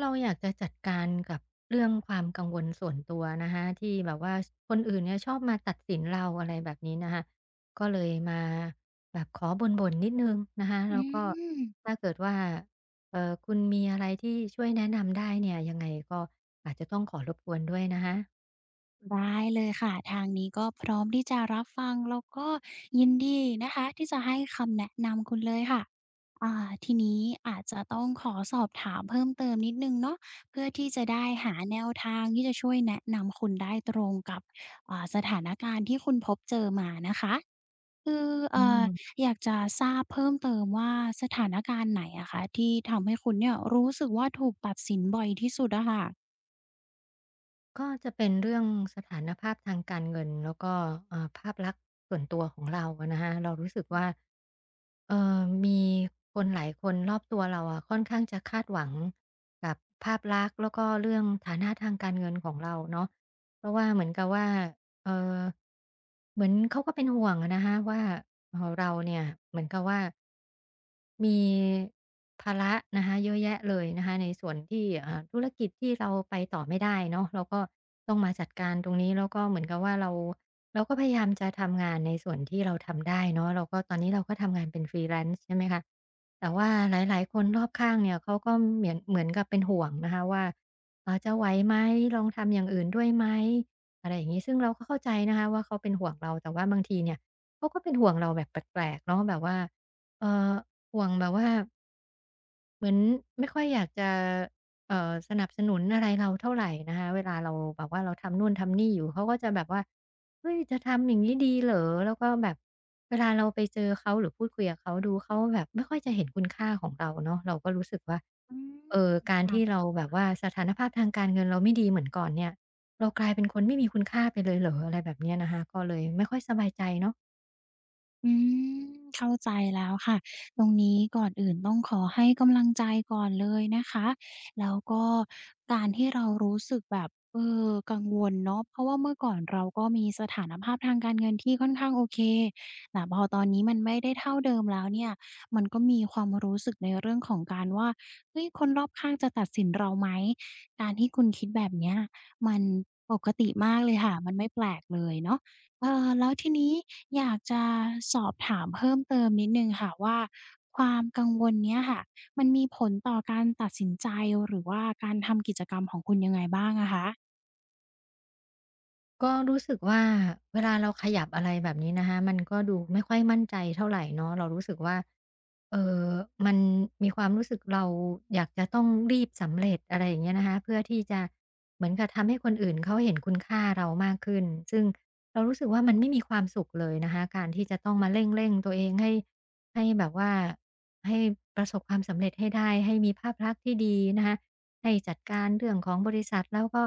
เราอยากจะจัดการกับเรื่องความกังวลส่วนตัวนะคะที่แบบว่าคนอื่นเนี่ยชอบมาตัดสินเราอะไรแบบนี้นะคะก็เลยมาแบบขอบ่นๆนิดนึงนะคะอืแล้วก็มถ้าเกิดว่าคุณมีอะไรที่ช่วยแนะนำได้เนี่ยยังไงก็อาจจะต้องขอรบกวนด้วยนะคะได้เลยค่ะทางนี้ก็พร้อมที่จะรับฟังแล้วก็ยินดีนะคะที่จะให้คำแนะนำคุณเลยค่ะทีนี้อาจจะต้องขอสอบถามเพิ่มเติมนิดหนึ่งเนาะเพื่อที่จะได้หาแนวทางที่จะช่วยแนะนำคุณได้ตรงกับสถานการณ์ที่คุณพบเจอมานะคะคืออืเอ่อม อยากจะทราบเพิ่มเติมว่าสถานการณ์ไหนอะคะที่ทำให้คุณเนี่ยรู้สึกว่าถูกตัดสินบ่อยที่สุดอะค่ะก็จะเป็นเรื่องสถานภาพทางการเงินแล้วก็ภาพลักษณ์ส่วนตัวของเราอะนะคะเรารู้สึกว่าเอ่อมีคนหลายคนรอบตัวเราอะค่อนข้างจะคาดหวังกับภาพลักษณ์แล้วก็เรื่องฐานะทางการเงินของเราเนาะเพราะว่าเหมือนกับว่า เออเหมือนเขาก็เป็นห่วงอะนะคะว่าเราเนี่ยเหมือนกับว่ามีภาระนะคะเยอะแยะเลยนะคะในส่วนที่ธุรกิจที่เราไปต่อไม่ได้เนาะเราก็ต้องมาจัดการตรงนี้แล้วก็เหมือนกับว่าเราก็พยายามจะทำงานในส่วนที่เราทำได้เนาะเราก็ตอนนี้เราก็ทำงานเป็นฟรีแลนซ์ใช่ไหมคะแต่ว่าหลายๆคนรอบข้างเนี่ยเขาก็เหมือนกับเป็นห่วงนะคะว่าจะไหวไหมลองทำอย่างอื่นด้วยไหม อะไรอย่างนี้ซึ่งเราก็เข้าใจนะคะว่าเขาเป็นห่วงเราแต่ว่าบางทีเนี่ยเขาก็เป็นห่วงเราแบบแปลกๆเนาะแบบว่าเออห่วงแบบว่า เหมือนไม่ค่อยอยากจะสนับสนุนอะไรเราเท่าไรนะคะเวลาเราแบบว่าเราทำนู่นทำนี่อยู่เขาก็จะแบบว่าเฮ้ยจะทำอย่างงี้ดีเหรอแล้วก็แบบเวลาเราไปเจอเขาหรือพูดคุยกับเขาดูเขาแบบไม่ค่อยจะเห็นคุณค่าของเราเนาะเราก็รู้สึกว่าอืมการค่ะ ที่เราแบบว่าสถานภาพทางการเงินเราไม่ดีเหมือนก่อนเนี่ยเรากลายเป็นคนไม่มีคุณค่าไปเลยเหรออะไรแบบเนี้ยนะคะก็เลยไม่ค่อยสบายใจเนาะ อืมเข้าใจแล้วค่ะ ตรงนี้ก่อนอื่นต้องขอให้กำลังใจก่อนเลยนะคะ แล้วก็การที่เรารู้สึกแบบเออกังวลเนาะเพราะว่าเมื่อก่อนเราก็มีสถานภาพทางการเงินที่ค่อนข้างโอเคแต่พอตอนนี้มันไม่ได้เท่าเดิมแล้วเนี่ย มันก็มีความรู้สึกในเรื่องของการว่าเฮ้ยคนรอบข้างจะตัดสินเราไหม การที่คุณคิดแบบเนี้ยมันปกติมากเลยค่ะมันไม่แปลกเลยเนาะ แล้วทีนี้อยากจะสอบถามเพิ่มเติมนิดหนึ่งค่ะว่าความกังวลเนี้ยค่ะมันมีผลต่อการตัดสินใจหรือว่าการทำกิจกรรมของคุณยังไงบ้างอะคะก็รู้สึกว่าเวลาเราขยับอะไรแบบนี้นะคะมันก็ดูไม่ค่อยมั่นใจเท่าไหร่เนาะเรารู้สึกว่าเออมันมีความรู้สึกเราอยากจะต้องรีบสำเร็จอะไรอย่างเงี้ยนะคะเพื่อที่จะเหมือนกับทำให้คนอื่นเขาเห็นคุณค่าเรามากขึ้นซึ่งเรารู้สึกว่ามันไม่มีความสุขเลยนะคะการที่จะต้องมาเร่งๆตัวเองให้แบบว่าให้ประสบความสำเร็จให้ได้ให้มีภาพลักษณ์ที่ดีนะคะ ให้จัดการเรื่องของบริษัทแล้วก็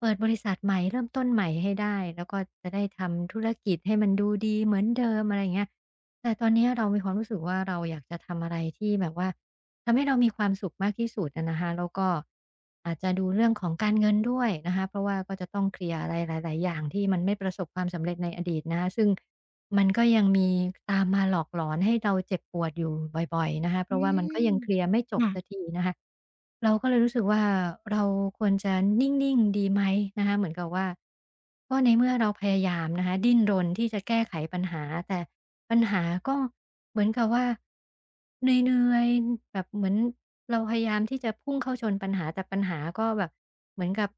เปิดบริษัทใหม่เริ่มต้นใหม่ให้ได้แล้วก็จะได้ทำธุรกิจให้มันดูดีเหมือนเดิมอะไรอย่างเงี้ยแต่ตอนเนี้ยเรามีความรู้สึกว่าเราอยากจะทำอะไรที่แบบว่าทำให้เรามีความสุขมากที่สุดอะนะคะแล้วก็อาจจะดูเรื่องของการเงินด้วยนะคะเพราะว่าก็จะต้องเคลียร์อะไรหลายๆอย่างที่มันไม่ประสบความสำเร็จในอดีตนะคะซึ่ง มันก็ยังมีตามมาหลอกหลอนให้เราเจ็บปวดอยู่บ่อยๆนะคะเพอืราะว่ามันก็มยังเคลียร์ไม่จบสักค่ะทีนะคะเราก็เลยรู้สึกว่าเราควรจะนิ่งๆดีไหมนะคะเหมือนกับว่าก็ในเมื่อเราพยายามนะคะดิ้นรนที่จะแก้ไขปัญหาแต่ปัญหาก็เหมือนกับว่า เหนื่อยๆแบบเหมือนเราพยายามที่จะพุ่งเข้าชนปัญหาแต่ปัญหาก็แบบเหมือนกับ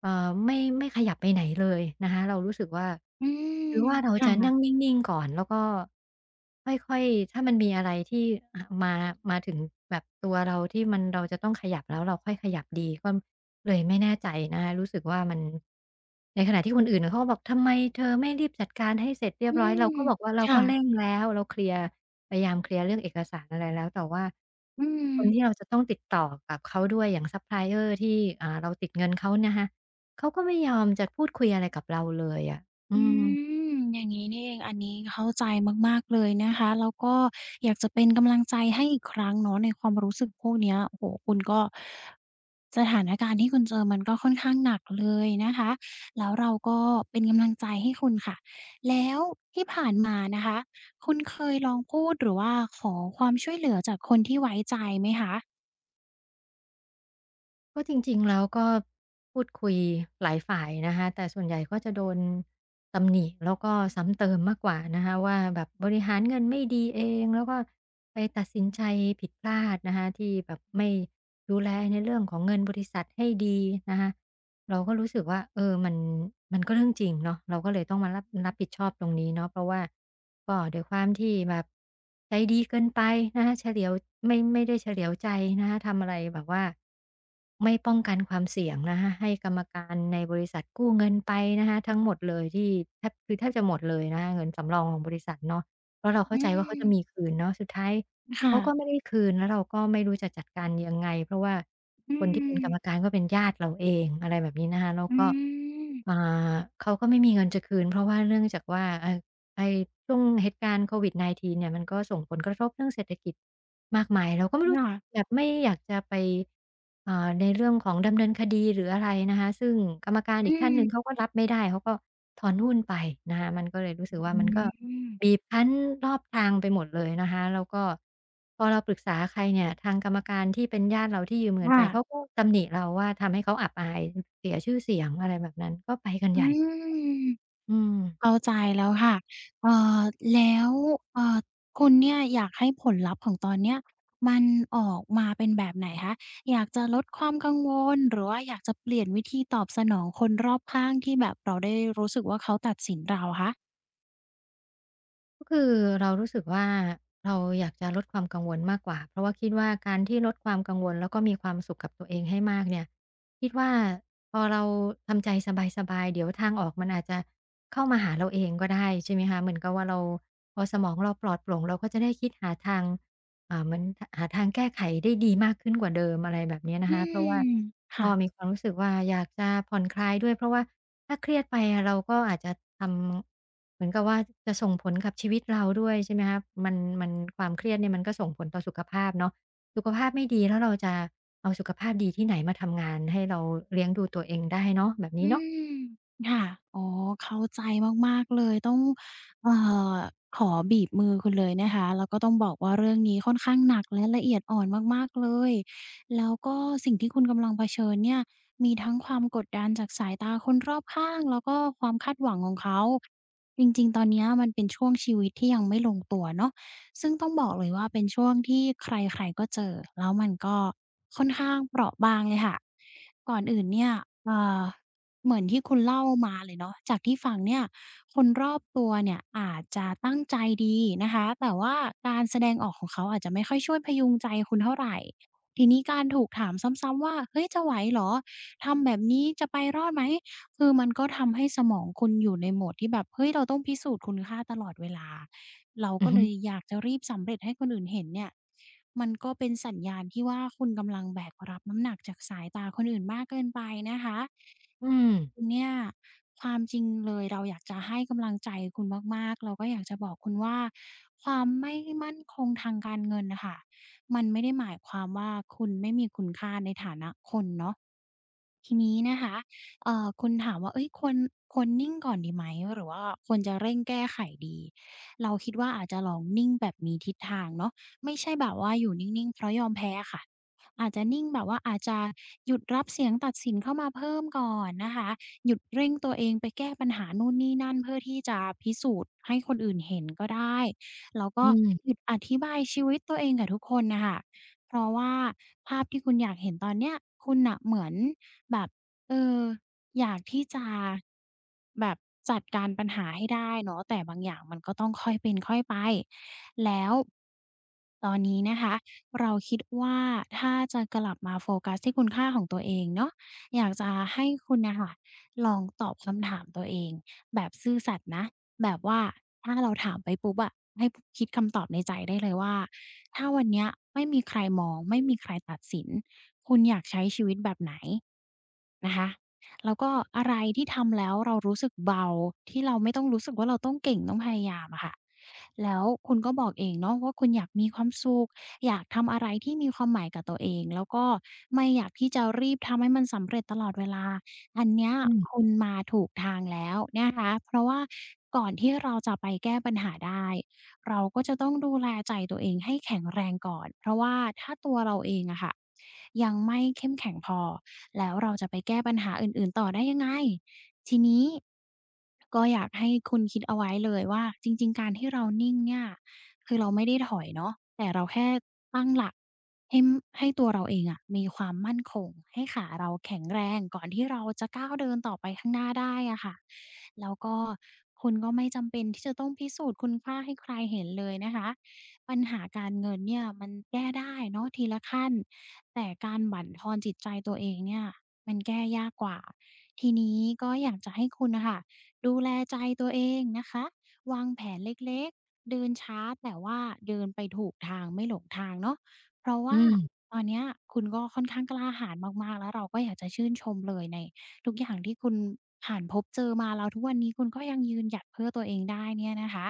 ไม่ขยับไปไหนเลยนะคะเรารู้สึกว่าอืหรือมว่าเราจะนั่งค่ะนิ่งๆก่อนแล้วก็ค่อยๆถ้ามันมีอะไรที่มาถึงแบบตัวเราที่มันเราจะต้องขยับแล้วเราค่อยขยับดีก็เลยไม่แน่ใจนะคะรู้สึกว่ามัน ในขณะที่คนอื่นน่ะเขาก็บอกทำไมเธอไม่รีบจัดการให้เสร็จเรียบอืร้อยมเราก็บอกว่าเราค่ะก็เร่งแล้วเราเคลียร์พยายามเคลียร์เรื่องเอกสารอะไรแล้วแต่ว่าอืคนที่ม เราจะต้องติดต่อกับเขาด้วยอย่างซัปพลายเออร์ที่เราติดเงินเขานะคะเขาก็ไม่ยอมจะพูดคุยอะไรกับเราเลยอะอือืม มอย่างงี้นี่เองอันนี้เข้าใจมากๆเลยนะคะแล้วก็อยากจะเป็นกำลังใจให้อีกครั้งเนาะในความรู้สึกพวกเนี้ยโอ้โฮคุณก็สถานการณ์ที่คุณเจอมันก็ค่อนข้างหนักเลยนะคะแล้วเราก็เป็นกำลังใจให้คุณค่ะแล้วที่ผ่านมานะคะคุณเคยลองพูดหรือว่าขอความช่วยเหลือจากคนที่ไว้ใจไหมคะก็จริงๆแล้วก็พูดคุยหลายฝ่ายนะคะแต่ส่วนใหญ่ก็จะโดนตำหนิแล้วก็ซ้ำเติมมากกว่านะคะว่าแบบบริหารเงินไม่ดีเองแล้วก็ไปตัดสินใจผิดพลาดนะคะที่แบบไม่ดูแลในเรื่องของเงินบริษัทให้ดีนะคะ เราก็รู้สึกว่ามันก็เรื่องจริงเนาะเราก็เลยต้องมารับผิดชอบตรงนี้เนาะเพราะว่าก็ด้วยความที่แบบใจดีเกินไปนะคะเฉลียวไม่ได้เฉลียวใจนะคะทำอะไรแบบว่าไม่ป้องกันความเสี่ยงนะคะให้กรรมการในบริษัทกู้เงินไปนะคะทั้งหมดเลยที่แทบจะหมดเลยนะคะเงินสำรองของบริษัทเนาะเพราะเราอืเข้าใจว่าเขามจะมีคืนเนาะสุดท้าย เขาก็ค่ะไม่ได้คืนแล้วเราก็ไม่รู้จะจัดการยังไงเพราะว่าอืคนที่เป็นมกรรมการก็เป็นญาติเราเองอะไรแบบนี้นะคะแล้วอืก็มอ่าเขาก็ไม่มีเงินจะคืนเพราะว่าเนื่องจากว่าไอ้ช่วงเหตุการณ์โควิด -19 เก้าเนี่ยมันก็ส่งผลกระทบเรื่องเศรษฐกิจมากมายเราก็ไม่รู้ค่ะแบบไม่อยากจะไป อ่าในเรื่องของดำเนินคดีหรืออะไรนะคะซึ่งกรรมการอือีกท่านหนึ่งเขามก็รับไม่ได้เขาก็ถอนหุ้นไปนะคะมันก็เลยรู้สึกว่าอืมันก็บีมบคั้นรอบทางไปหมดเลยนะคะแล้วก็พอเราปรึกษาใครเนี่ยทางกรรมการที่เป็นญาติเราที่ยืมเงินค่ะ ไปเขาก็ตำหนิเราว่าทำให้เขาอับอายเสียชื่อเสียงอะไรแบบนั้นก็ไปกันอืใหญ่มอืม เข้าใจแล้วค่ะเอ่อแล้วเอ่อคุณเนี่ยอยากให้ผลลัพธ์ของตอนเนี้ยมันออกมาเป็นแบบไหนคะอยากจะลดความกังวลหรือว่าอยากจะเปลี่ยนวิธีตอบสนองคนรอบข้างที่แบบเราได้รู้สึกว่าเขาตัดสินเราคะก็คือเรารู้สึกว่าเราอยากจะลดความกังวลมากกว่าเพราะว่าคิดว่าการที่ลดความกังวลแล้วก็มีความสุขกับตัวเองให้มากเนี่ยคิดว่าพอเราทำใจสบายๆเดี๋ยวทางออกมันอาจจะเข้ามาหาเราเองก็ได้ใช่ไหมคะเหมือนกับว่าเราพอสมองเราปลอดโปร่งเราก็จะได้คิดหาทางเหมือนทหาทางแก้ไขได้ดีมากขึ้นกว่าเดิมอะไรแบบนี้นะอืคะเพราะมว่าค่ะ ก็มีความรู้สึกว่าอยากจะผ่อนคลายด้วยเพราะว่าถ้าเครียดไปอะเราก็อาจจะทำ เหมือนกับว่าจะส่งผลกับชีวิตเราด้วยใช่ไหมครับมันความเครียดเนี่ยมันก็ส่งผลต่อสุขภาพเนาะสุขภาพไม่ดีแล้วเราจะเอาสุขภาพดีที่ไหนมาทำงานให้เราเลี้ยงดูตัวเองได้เนาะแบบนี้อืเนาะมค่ะอ๋อเข้าใจมากๆเลยต้องเอ่อขอบีบมือคุณเลยนะคะแล้วก็ต้องบอกว่าเรื่องนี้ค่อนข้างหนักและละเอียดอ่อนมากๆเลยแล้วก็สิ่งที่คุณกำลังเผชิญเนี่ยมีทั้งความกดดันจากสายตาคนรอบข้างแล้วก็ความคาดหวังของเขาจริงๆตอนเนี้ยมันเป็นช่วงชีวิตที่ยังไม่ลงตัวเนาะซึ่งต้องบอกเลยว่าเป็นช่วงที่ใครๆก็เจอแล้วมันก็ค่อนข้างเปราะบางเลยค่ะก่อนอื่นเนี่ยเอ่อ เหมือนที่คุณเล่ามาเลยเนาะจากที่ฟังเนี่ยคนรอบตัวเนี่ยอาจจะตั้งใจดีนะคะแต่ว่าการแสดงออกของเขาอาจจะไม่ค่อยช่วยพยุงใจคุณเท่าไรทีนี้การถูกถามซ้ำๆว่าเฮ้ยจะไหวเหรอทำแบบนี้จะไปรอดไหมคือมันก็ทำให้สมองคุณอยู่ในโหมดที่แบบเฮ้ยเราต้องพิสูจน์คุณค่าตลอดเวลา เราอืก็อฮึเลยอยากจะรีบสำเร็จให้คนอื่นเห็นเนี่ย มันก็เป็นสัญญาณที่ว่าคุณกำลังแบกรับน้ำหนักจากสายตาคนอื่นมากเกินไปนะคะอืมคุณเนี่ยความจริงเลยเราอยากจะให้กำลังใจคุณมากๆเราก็อยากจะบอกคุณว่าความไม่มั่นคงทางการเงินน่ะค่ะมันไม่ได้หมายความว่าคุณไม่มีคุณค่าในฐานะคนเนาะทีนี้นะคะ คุณถามว่าเฮ้ยควรนิ่งก่อนดีไหมหรือว่าควรจะเร่งแก้ไขดีเราคิดว่าอาจจะลองนิ่งแบบมีทิศทางเนาะไม่ใช่แบบว่าอยู่นิ่งๆเพราะยอมแพ้อะค่ะอาจจะนิ่งแบบว่าอาจจะหยุดรับเสียงตัดสินเข้ามาเพิ่มก่อนนะคะหยุดเร่งตัวเองไปแก้ปัญหานู่นนี่นั่นเพื่อที่จะพิสูจน์ให้คนอื่นเห็นก็ได้แล้วก็อืหยุมดอธิบายชีวิตตัวเองกับทุกคนน่ะค่ะเพราะว่าภาพที่คุณอยากเห็นตอนเนี้ยคุณน่ะเหมือนแบบเออ อยากที่จะแบบจัดการปัญหาให้ได้เนาะแต่บางอย่างมันก็ต้องค่อยเป็นค่อยไปแล้วตอนนี้นะคะเราคิดว่าถ้าจะกลับมาโฟกัสที่คุณค่าของตัวเองเนาะอยากจะให้คุณน่ะค่ะลองตอบคำถามตัวเองแบบซื่อสัตย์นะแบบว่าถ้าเราถามไปปุ๊บอะให้พคิดคำตอบในใจได้เลยว่าถ้าวันเนี้ยไม่มีใครมองไม่มีใครตัดสินคุณอยากใช้ชีวิตแบบไหนนะคะ แล้วก็อะไรที่ทำแล้วเรารู้สึกเบาที่เราไม่ต้องรู้สึกว่าเราต้องเก่งต้องพยายามอะค่ะแล้วคุณก็บอกเองเนาะว่าคุณอยากมีความสุขอยากทำอะไรที่มีความหมายกับตัวเองแล้วก็ไม่อยากที่จะรีบทำให้มันสำเร็จตลอดเวลาอันเนี้ยอืมคุณมาถูกทางแล้วนะคะเพราะว่าก่อนที่เราจะไปแก้ปัญหาได้เราก็จะต้องดูแลใจตัวเองให้แข็งแรงก่อนเพราะว่าถ้าตัวเราเองอะค่ะยังไม่เข้มแข็งพอ แล้วเราจะไปแก้ปัญหาอื่นๆต่อได้ยังไงทีนี้ก็อยากให้คุณคิดเอาไว้เลยว่าจริงๆการที่เรานิ่งเนี่ย คือเราไม่ได้ถอยเนาะแต่เราแค่ตั้งหลักให้มให้ตัวเราเองอะมีความมั่นคงให้ขาเราแข็งแรงก่อนที่เราจะก้าวเดินต่อไปข้างหน้าได้อะค่ะแล้วก็คุณก็ไม่จำเป็นที่จะต้องพิสูจน์คุณค่าให้ใครเห็นเลยนะคะปัญหาการเงินเนี่ยมันแก้ได้เนาะทีละขั้นแต่การบั่นทอนจิตใจตัวเองเนี่ยมันแก้ยากกว่าทีนี้ก็อยากจะให้คุณน่ะค่ะดูแลใจตัวเองนะคะ วางแผนเล็กๆ เดินช้าแต่ว่าเดินไปถูกทางไม่หลงทางเนาะเพราะว่าอืม ตอนเนี้ยคุณก็ค่อนข้างกล้าหาญมากๆ แล้วเราก็อยากจะชื่นชมเลยในทุกอย่างที่คุณผ่านพบเจอมาแล้วทุกวันนี้คุณก็ยังยืนหยัดเพื่อตัวเองได้เนี่ยนะคะ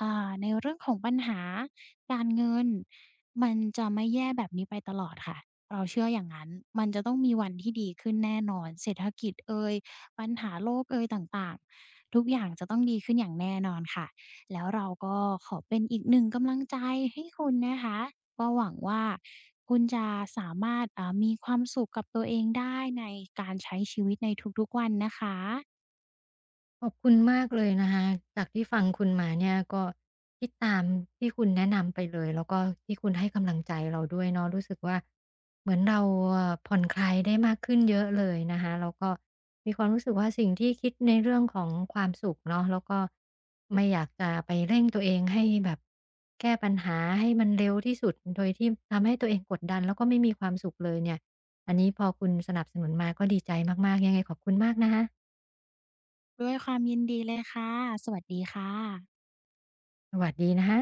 ในเรื่องของปัญหาการเงินมันจะไม่แย่แบบนี้ไปตลอดค่ะ เราเชื่ออย่างนั้น มันจะต้องมีวันที่ดีขึ้นแน่นอนเศรษฐกิจเอย ปัญหาโลกเอยต่างๆทุกอย่างจะต้องดีขึ้นอย่างแน่นอนค่ะแล้วเราก็ขอเป็นอีกหนึ่งกำลังใจให้คุณนะคะก็หวังว่าคุณจะสามารถมีความสุขกับตัวเองได้ในการใช้ชีวิตในทุกๆวันนะคะขอบคุณมากเลยนะคะจากที่ฟังคุณมาเนี่ยก็คิดตามที่คุณแนะนำไปเลยแล้วก็ที่คุณให้กำลังใจเราด้วยเนาะรู้สึกว่าเหมือนเราอะผ่อนคลายได้มากขึ้นเยอะเลยนะคะแล้วก็มีความรู้สึกว่าสิ่งที่คิดในเรื่องของความสุขเนาะแล้วก็ไม่อยากจะไปเร่งตัวเองให้แบบแก้ปัญหาให้มันเร็วที่สุดโดยที่ทำให้ตัวเองกดดันแล้วก็ไม่มีความสุขเลยเนี่ยอันนี้พอคุณสนับสนุนมาก็ดีใจมากๆยังไงขอบคุณมากนะคะด้วยความยินดีเลยค่ะสวัสดีค่ะสวัสดีนะคะ